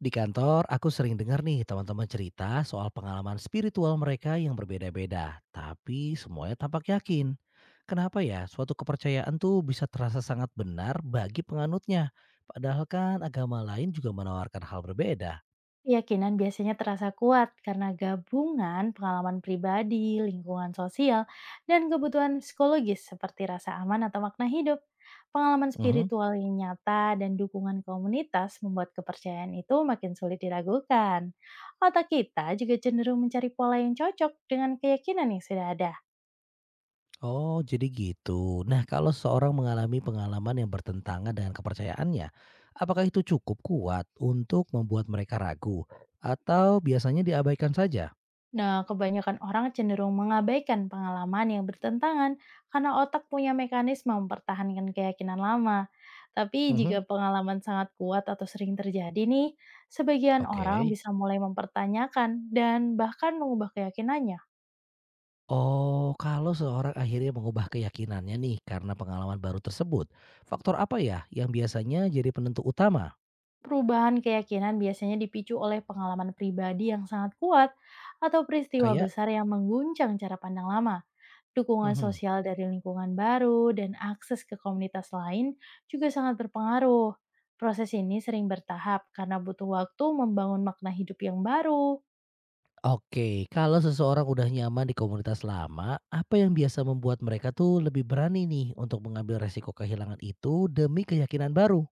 Di kantor, aku sering dengar nih teman-teman cerita soal pengalaman spiritual mereka yang berbeda-beda, tapi semuanya tampak yakin. Kenapa ya suatu kepercayaan tuh bisa terasa sangat benar bagi penganutnya, padahal kan agama lain juga menawarkan hal berbeda. Keyakinan biasanya terasa kuat karena gabungan pengalaman pribadi, lingkungan sosial, dan kebutuhan psikologis seperti rasa aman atau makna hidup. Pengalaman Mhm. spiritual yang nyata dan dukungan komunitas membuat kepercayaan itu makin sulit diragukan. Otak kita juga cenderung mencari pola yang cocok dengan keyakinan yang sudah ada. Oh, jadi gitu. Nah, kalau seorang mengalami pengalaman yang bertentangan dengan kepercayaannya, apakah itu cukup kuat untuk membuat mereka ragu atau biasanya diabaikan saja? Nah, kebanyakan orang cenderung mengabaikan pengalaman yang bertentangan karena otak punya mekanisme mempertahankan keyakinan lama. Tapi Mhm. jika pengalaman sangat kuat atau sering terjadi nih, sebagian orang Oke. bisa mulai mempertanyakan dan bahkan mengubah keyakinannya. Oh, kalau seorang akhirnya mengubah keyakinannya nih karena pengalaman baru tersebut, faktor apa ya yang biasanya jadi penentu utama? Perubahan keyakinan biasanya dipicu oleh pengalaman pribadi yang sangat kuat atau peristiwa Kayak besar yang mengguncang cara pandang lama. Dukungan mhm. sosial dari lingkungan baru dan akses ke komunitas lain juga sangat berpengaruh. Proses ini sering bertahap karena butuh waktu membangun makna hidup yang baru. Oke, kalau seseorang udah nyaman di komunitas lama, apa yang biasa membuat mereka tuh lebih berani nih untuk mengambil resiko kehilangan itu demi keyakinan baru?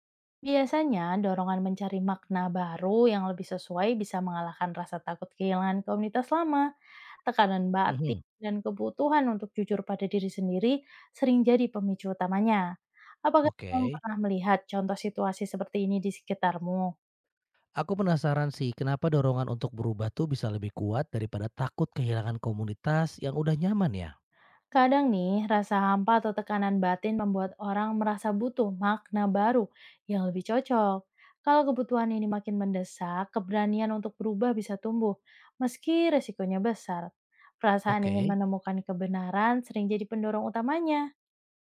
Biasanya, dorongan mencari makna baru yang lebih sesuai bisa mengalahkan rasa takut kehilangan komunitas lama. Tekanan batin Mhm. dan kebutuhan untuk jujur pada diri sendiri sering jadi pemicu utamanya. Apakah kamu Oke. pernah melihat contoh situasi seperti ini di sekitarmu? Aku penasaran sih kenapa dorongan untuk berubah tuh bisa lebih kuat daripada takut kehilangan komunitas yang udah nyaman ya? Kadang nih, rasa hampa atau tekanan batin membuat orang merasa butuh makna baru yang lebih cocok. Kalau kebutuhan ini makin mendesak, keberanian untuk berubah bisa tumbuh, meski resikonya besar. Perasaan ingin Oke. menemukan kebenaran sering jadi pendorong utamanya.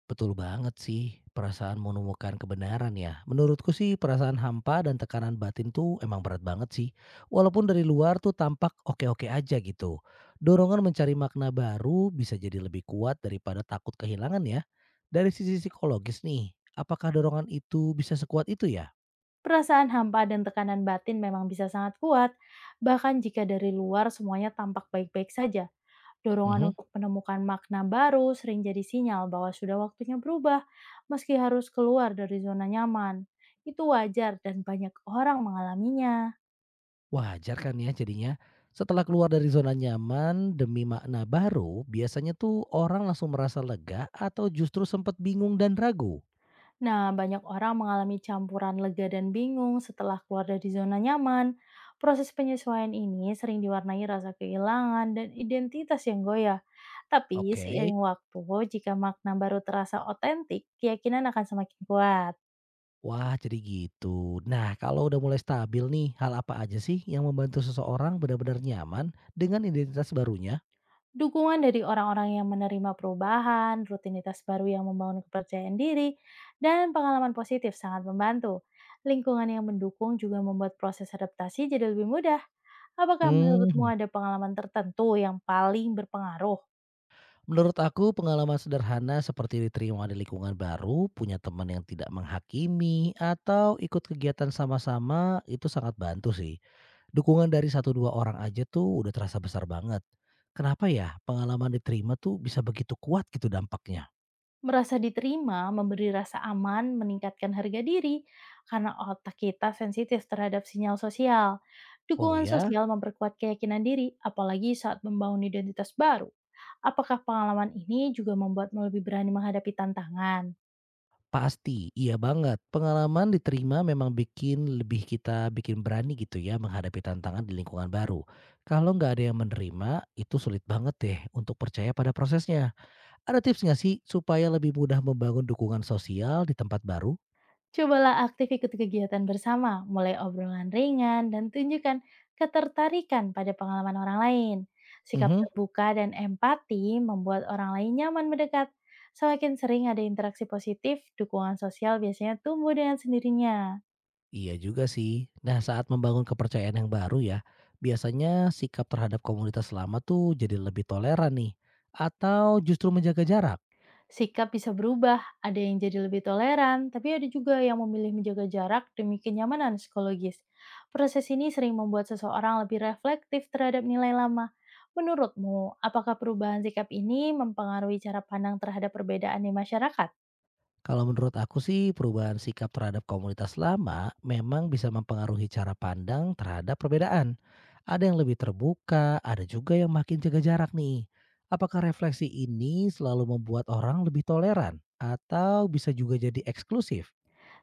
Betul banget sih, perasaan menemukan kebenaran ya. Menurutku sih perasaan hampa dan tekanan batin tuh emang berat banget sih. Walaupun dari luar tuh tampak oke-oke aja gitu. Dorongan mencari makna baru bisa jadi lebih kuat daripada takut kehilangan ya. Dari sisi psikologis nih, apakah dorongan itu bisa sekuat itu ya? Perasaan hampa dan tekanan batin memang bisa sangat kuat, bahkan jika dari luar semuanya tampak baik-baik saja. Dorongan Mhm. untuk menemukan makna baru sering jadi sinyal bahwa sudah waktunya berubah, meski harus keluar dari zona nyaman. Itu wajar dan banyak orang mengalaminya. Wajar kan ya jadinya. Setelah keluar dari zona nyaman demi makna baru, biasanya tuh orang langsung merasa lega atau justru sempat bingung dan ragu. Nah, banyak orang mengalami campuran lega dan bingung setelah keluar dari zona nyaman. Proses penyesuaian ini sering diwarnai rasa kehilangan dan identitas yang goyah. Tapi Oke. seiring waktu, jika makna baru terasa otentik, keyakinan akan semakin kuat. Wah, jadi gitu. Nah, kalau udah mulai stabil nih, hal apa aja sih yang membantu seseorang benar-benar nyaman dengan identitas barunya? Dukungan dari orang-orang yang menerima perubahan, rutinitas baru yang membangun kepercayaan diri, dan pengalaman positif sangat membantu. Lingkungan yang mendukung juga membuat proses adaptasi jadi lebih mudah. Apakah menurutmu Hmm, ada pengalaman tertentu yang paling berpengaruh? menurut aku pengalaman sederhana seperti diterima di lingkungan baru, punya teman yang tidak menghakimi, atau ikut kegiatan sama-sama itu sangat bantu sih. Dukungan dari satu dua orang aja tuh udah terasa besar banget. Kenapa ya pengalaman diterima tuh bisa begitu kuat gitu dampaknya? Merasa diterima, memberi rasa aman, meningkatkan harga diri, karena otak kita sensitif terhadap sinyal sosial. Oh Dukungan ya. sosial memperkuat keyakinan diri, apalagi saat membangun identitas baru. Apakah pengalaman ini juga membuatmu lebih berani menghadapi tantangan? Pasti, iya banget. Pengalaman diterima memang bikin lebih kita bikin berani gitu ya menghadapi tantangan di lingkungan baru. Kalau nggak ada yang menerima, itu sulit banget deh untuk percaya pada prosesnya. Ada tips nggak sih supaya lebih mudah membangun dukungan sosial di tempat baru? Cobalah aktif ikut kegiatan bersama, mulai obrolan ringan dan tunjukkan ketertarikan pada pengalaman orang lain. Sikap Mhm. terbuka dan empati membuat orang lain nyaman mendekat. Semakin sering ada interaksi positif, dukungan sosial biasanya tumbuh dengan sendirinya. Iya juga sih. Nah, saat membangun kepercayaan yang baru ya, biasanya sikap terhadap komunitas lama tuh jadi lebih toleran nih. Atau justru menjaga jarak? Sikap bisa berubah, ada yang jadi lebih toleran, tapi ada juga yang memilih menjaga jarak demi kenyamanan psikologis. Proses ini sering membuat seseorang lebih reflektif terhadap nilai lama. Menurutmu, apakah perubahan sikap ini mempengaruhi cara pandang terhadap perbedaan di masyarakat? Kalau menurut aku sih perubahan sikap terhadap komunitas lama memang bisa mempengaruhi cara pandang terhadap perbedaan. Ada yang lebih terbuka, ada juga yang makin jaga jarak nih. Apakah refleksi ini selalu membuat orang lebih toleran atau bisa juga jadi eksklusif?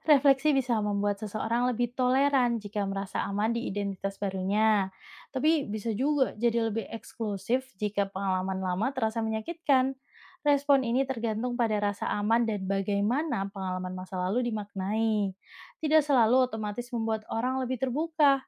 Refleksi bisa membuat seseorang lebih toleran jika merasa aman di identitas barunya. Tapi bisa juga jadi lebih eksklusif jika pengalaman lama terasa menyakitkan. Respon ini tergantung pada rasa aman dan bagaimana pengalaman masa lalu dimaknai. Tidak selalu otomatis membuat orang lebih terbuka.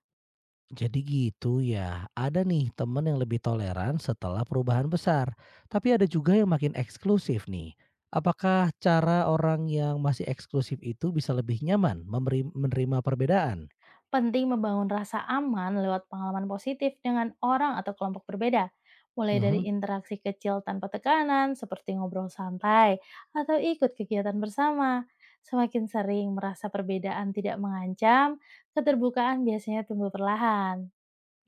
Jadi gitu ya, ada nih temen yang lebih toleran setelah perubahan besar. Tapi ada juga yang makin eksklusif nih. Apakah cara orang yang masih eksklusif itu bisa lebih nyaman menerima perbedaan? Penting membangun rasa aman lewat pengalaman positif dengan orang atau kelompok berbeda. Mulai dari Mhm. interaksi kecil tanpa tekanan, seperti ngobrol santai, atau ikut kegiatan bersama. Semakin sering merasa perbedaan tidak mengancam, keterbukaan biasanya tumbuh perlahan.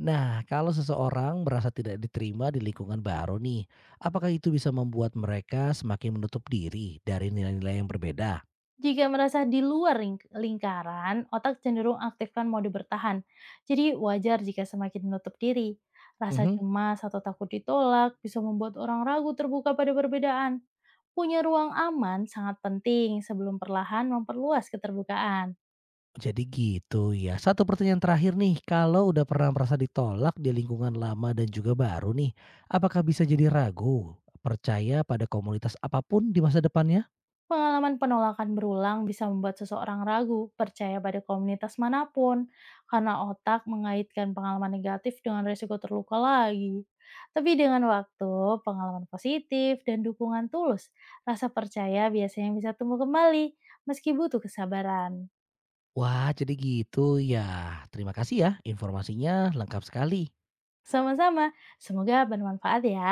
Nah, kalau seseorang merasa tidak diterima di lingkungan baru nih, apakah itu bisa membuat mereka semakin menutup diri dari nilai-nilai yang berbeda? Jika merasa di luar lingkaran, otak cenderung aktifkan mode bertahan. Jadi wajar jika semakin menutup diri. Rasa Mhm. cemas atau takut ditolak bisa membuat orang ragu terbuka pada perbedaan. Punya ruang aman sangat penting sebelum perlahan memperluas keterbukaan. Jadi gitu ya. Satu pertanyaan terakhir nih, kalau udah pernah merasa ditolak di lingkungan lama dan juga baru nih, apakah bisa jadi ragu percaya pada komunitas apapun di masa depannya? Pengalaman penolakan berulang bisa membuat seseorang ragu percaya pada komunitas manapun karena otak mengaitkan pengalaman negatif dengan risiko terluka lagi. Tapi dengan waktu, pengalaman positif, dan dukungan tulus, rasa percaya biasanya bisa tumbuh kembali meski butuh kesabaran. Wah, jadi gitu ya. Terima kasih ya, informasinya lengkap sekali. Sama-sama, semoga bermanfaat ya.